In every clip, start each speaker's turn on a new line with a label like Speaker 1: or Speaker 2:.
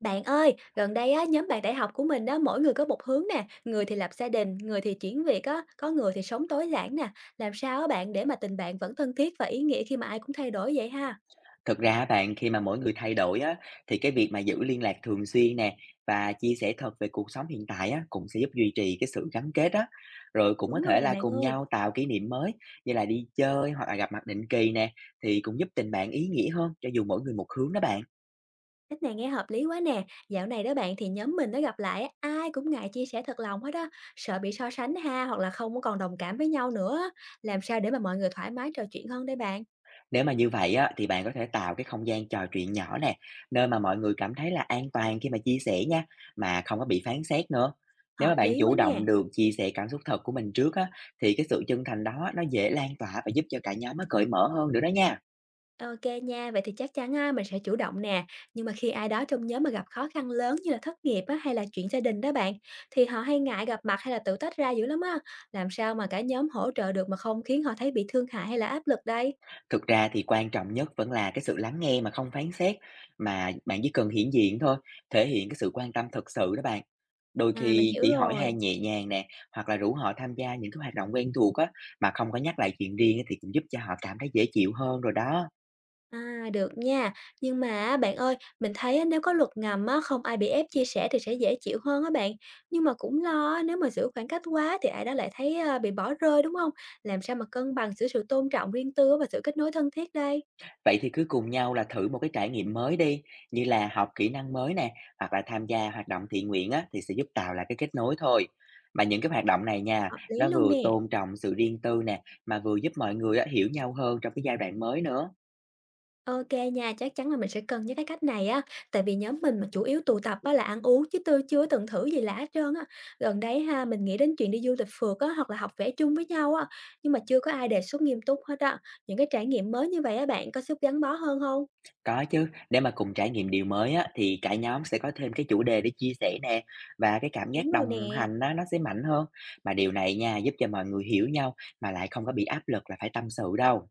Speaker 1: Bạn ơi, gần đây á, nhóm bạn đại học của mình đó mỗi người có một hướng nè, người thì lập gia đình, người thì chuyển việc á, có người thì sống tối giản nè. Làm sao á bạn để mà tình bạn vẫn thân thiết và ý nghĩa khi mà ai cũng thay đổi vậy ha?
Speaker 2: Thực ra á bạn, khi mà mỗi người thay đổi á, thì cái việc mà giữ liên lạc thường xuyên nè và chia sẻ thật về cuộc sống hiện tại á, cũng sẽ giúp duy trì cái sự gắn kết á. Rồi cũng có
Speaker 1: Đúng rồi
Speaker 2: thể
Speaker 1: nè
Speaker 2: là
Speaker 1: bạn
Speaker 2: cùng
Speaker 1: ơi,
Speaker 2: nhau tạo kỷ niệm mới, như là đi chơi hoặc là gặp mặt định kỳ nè, thì cũng giúp tình bạn ý nghĩa hơn cho dù mỗi người một hướng đó bạn.
Speaker 1: cách này nghe hợp lý quá nè. Dạo này đó bạn thì nhóm mình nó gặp lại á, ai cũng ngại chia sẻ thật lòng hết á, sợ bị so sánh ha hoặc là không có còn đồng cảm với nhau nữa á. Làm sao để mà mọi người thoải mái trò chuyện hơn đây bạn?
Speaker 2: Nếu mà như vậy á, thì bạn có thể tạo cái không gian trò chuyện nhỏ nè, nơi mà mọi người cảm thấy là an toàn khi mà chia sẻ nha, mà không có bị phán xét nữa. Nếu
Speaker 1: Hợp
Speaker 2: mà bạn
Speaker 1: lý quá
Speaker 2: chủ
Speaker 1: nè.
Speaker 2: động được chia sẻ cảm xúc thật của mình trước á, thì cái sự chân thành đó nó dễ lan tỏa và giúp cho cả nhóm nó cởi mở hơn nữa đó nha.
Speaker 1: OK nha, vậy thì chắc chắn á, mình sẽ chủ động nè. Nhưng mà khi ai đó trong nhóm mà gặp khó khăn lớn như là thất nghiệp á, hay là chuyện gia đình đó bạn, thì họ hay ngại gặp mặt hay là tự tách ra dữ lắm á. Làm sao mà cả nhóm hỗ trợ được mà không khiến họ thấy bị thương hại hay là áp lực đây?
Speaker 2: Thực ra thì quan trọng nhất vẫn là cái sự lắng nghe mà không phán xét, mà bạn chỉ cần hiện diện thôi, thể hiện cái sự quan tâm thực sự đó bạn. Đôi
Speaker 1: À, mình
Speaker 2: khi
Speaker 1: hiểu
Speaker 2: chỉ hỏi
Speaker 1: rồi.
Speaker 2: han nhẹ nhàng nè, hoặc là rủ họ tham gia những cái hoạt động quen thuộc á, mà không có nhắc lại chuyện riêng á, thì cũng giúp cho họ cảm thấy dễ chịu hơn rồi đó.
Speaker 1: À, được nha. Nhưng mà á, bạn ơi, mình thấy á, nếu có luật ngầm á, không ai bị ép chia sẻ thì sẽ dễ chịu hơn á bạn. Nhưng mà cũng lo á, nếu mà giữ khoảng cách quá thì ai đó lại thấy à, bị bỏ rơi đúng không? Làm sao mà cân bằng giữa sự tôn trọng riêng tư và sự kết nối thân thiết đây?
Speaker 2: Vậy thì cứ cùng nhau là thử một cái trải nghiệm mới đi, như là học kỹ năng mới nè, hoặc là tham gia hoạt động thiện nguyện á, thì sẽ giúp tạo lại cái kết nối thôi. Mà những cái hoạt động này nha,
Speaker 1: Hợp lý
Speaker 2: nó
Speaker 1: luôn
Speaker 2: vừa
Speaker 1: nè.
Speaker 2: tôn trọng sự riêng tư nè, mà vừa giúp mọi người á, hiểu nhau hơn trong cái giai đoạn mới nữa.
Speaker 1: OK nha, chắc chắn là mình sẽ cân nhắc cái cách này á, tại vì nhóm mình mà chủ yếu tụ tập á là ăn uống chứ tôi chưa từng thử gì lạ hết trơn á. Gần đấy ha, mình nghĩ đến chuyện đi du lịch phượt á, hoặc là học vẽ chung với nhau á, nhưng mà chưa có ai đề xuất nghiêm túc hết á. Những cái trải nghiệm mới như vậy á bạn có sức gắn bó hơn không?
Speaker 2: Có chứ, để mà cùng trải nghiệm điều mới á, thì cả nhóm sẽ có thêm cái chủ đề để chia sẻ nè, và cái cảm
Speaker 1: Đúng
Speaker 2: giác
Speaker 1: rồi
Speaker 2: đồng
Speaker 1: nè.
Speaker 2: hành á, nó sẽ mạnh hơn. Mà điều này nha, giúp cho mọi người hiểu nhau, mà lại không có bị áp lực là phải tâm sự đâu.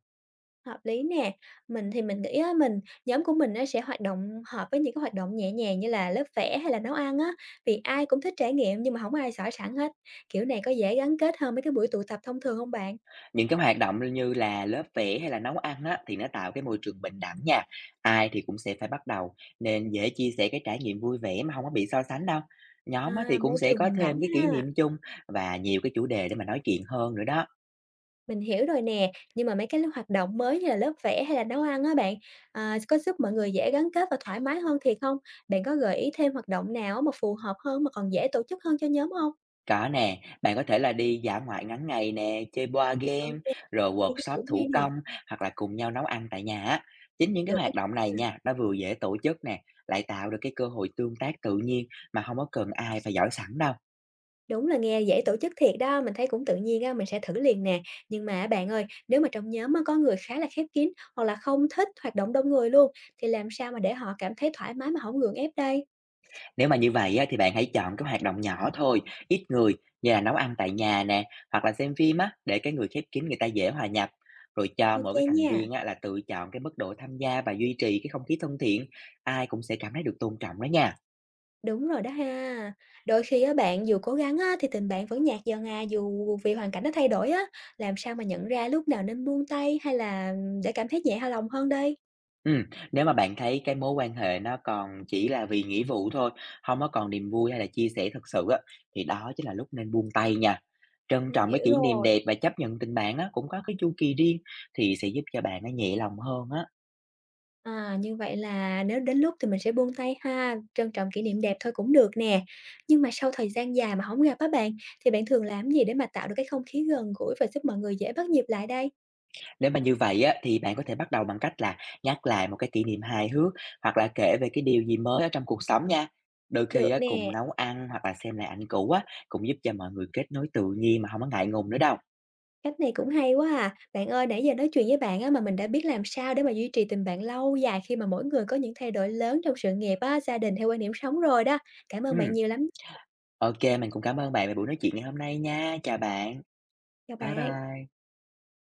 Speaker 1: Hợp lý nè. Mình nghĩ á, nhóm của mình á, sẽ hoạt động hợp với những cái hoạt động nhẹ nhàng như là lớp vẽ hay là nấu ăn á, vì ai cũng thích trải nghiệm nhưng mà không ai giỏi sẵn hết. Kiểu này có dễ gắn kết hơn mấy cái buổi tụ tập thông thường không bạn?
Speaker 2: Những cái hoạt động như là lớp vẽ hay là nấu ăn á, thì nó tạo cái môi trường bình đẳng nha. Ai thì cũng sẽ phải bắt đầu, nên dễ chia sẻ cái trải nghiệm vui vẻ mà không có bị so sánh đâu. Nhóm á, thì
Speaker 1: À,
Speaker 2: cũng
Speaker 1: môi
Speaker 2: sẽ
Speaker 1: trường
Speaker 2: có
Speaker 1: bình đẳng
Speaker 2: thêm cái kỷ
Speaker 1: ha.
Speaker 2: niệm chung và nhiều cái chủ đề để mà nói chuyện hơn nữa đó.
Speaker 1: Mình hiểu rồi nè, nhưng mà mấy cái hoạt động mới như là lớp vẽ hay là nấu ăn á bạn, à, có giúp mọi người dễ gắn kết và thoải mái hơn thiệt không? Bạn có gợi ý thêm hoạt động nào á mà phù hợp hơn mà còn dễ tổ chức hơn cho nhóm không?
Speaker 2: Có nè, bạn có thể là đi dã ngoại ngắn ngày nè, chơi board game,
Speaker 1: OK,
Speaker 2: rồi
Speaker 1: cái mấy ý
Speaker 2: workshop
Speaker 1: tưởng hay
Speaker 2: thủ
Speaker 1: nè,
Speaker 2: công, hoặc là cùng nhau nấu ăn tại nhà á. Chính những cái
Speaker 1: được.
Speaker 2: hoạt động này nha, nó vừa dễ tổ chức nè, lại tạo được cái cơ hội tương tác tự nhiên mà không có cần ai phải giỏi sẵn đâu.
Speaker 1: Đúng là nghe dễ tổ chức thiệt đó, mình thấy cũng tự nhiên á, mình sẽ thử liền nè. Nhưng mà á bạn ơi, nếu mà trong nhóm á có người khá là khép kín hoặc là không thích hoạt động đông người luôn, thì làm sao mà để họ cảm thấy thoải mái mà không gượng ép đây?
Speaker 2: Nếu mà như vậy á, thì bạn hãy chọn các hoạt động nhỏ thôi, ít người, như là nấu ăn tại nhà nè, hoặc là xem phim á, để cái người khép kín người ta dễ hòa nhập. Rồi cho mỗi
Speaker 1: OK
Speaker 2: cái thành
Speaker 1: nha.
Speaker 2: viên á, là tự chọn cái mức độ tham gia và duy trì cái không khí thân thiện, ai cũng sẽ cảm thấy được tôn trọng đó nha.
Speaker 1: Đúng rồi đó ha. Đôi khi á bạn dù cố gắng á thì tình bạn vẫn nhạt dần à, dù vì hoàn cảnh nó thay đổi á. Làm sao mà nhận ra lúc nào nên buông tay hay là để cảm thấy nhẹ lòng hơn đây?
Speaker 2: Ừ, nếu mà bạn thấy cái mối quan hệ nó còn chỉ là vì nghĩa vụ thôi, không có còn niềm vui hay là chia sẻ thật sự á, thì đó chính là lúc nên buông tay nha. Trân
Speaker 1: Mình
Speaker 2: trọng cái
Speaker 1: hiểu
Speaker 2: kỷ niệm
Speaker 1: rồi.
Speaker 2: đẹp và chấp nhận tình bạn á, cũng có cái chu kỳ riêng, thì sẽ giúp cho bạn nó nhẹ lòng hơn á.
Speaker 1: À, như vậy là nếu đến lúc thì mình sẽ buông tay ha, trân trọng kỷ niệm đẹp thôi cũng được nè. Nhưng mà sau thời gian dài mà không gặp á bạn, thì bạn thường làm gì để mà tạo được cái không khí gần gũi và giúp mọi người dễ bắt nhịp lại đây?
Speaker 2: Nếu mà như vậy á, thì bạn có thể bắt đầu bằng cách là nhắc lại một cái kỷ niệm hài hước, hoặc là kể về cái điều gì mới ở trong cuộc sống nha. Đôi khi
Speaker 1: Được
Speaker 2: á, cùng
Speaker 1: nè,
Speaker 2: nấu ăn hoặc là xem lại ảnh cũ á, cũng giúp cho mọi người kết nối tự nhiên mà không có ngại ngùng nữa đâu.
Speaker 1: cách này cũng hay quá à. Bạn ơi, nãy giờ nói chuyện với bạn á, mà mình đã biết làm sao để mà duy trì tình bạn lâu dài khi mà mỗi người có những thay đổi lớn trong sự nghiệp á, gia đình hay quan điểm sống rồi đó. Cảm ơn bạn
Speaker 2: Ừm.
Speaker 1: nhiều lắm.
Speaker 2: OK, mình cũng cảm ơn bạn về buổi nói chuyện ngày hôm nay nha. Chào bạn.
Speaker 1: Chào
Speaker 2: Bye
Speaker 1: bạn.
Speaker 2: bye.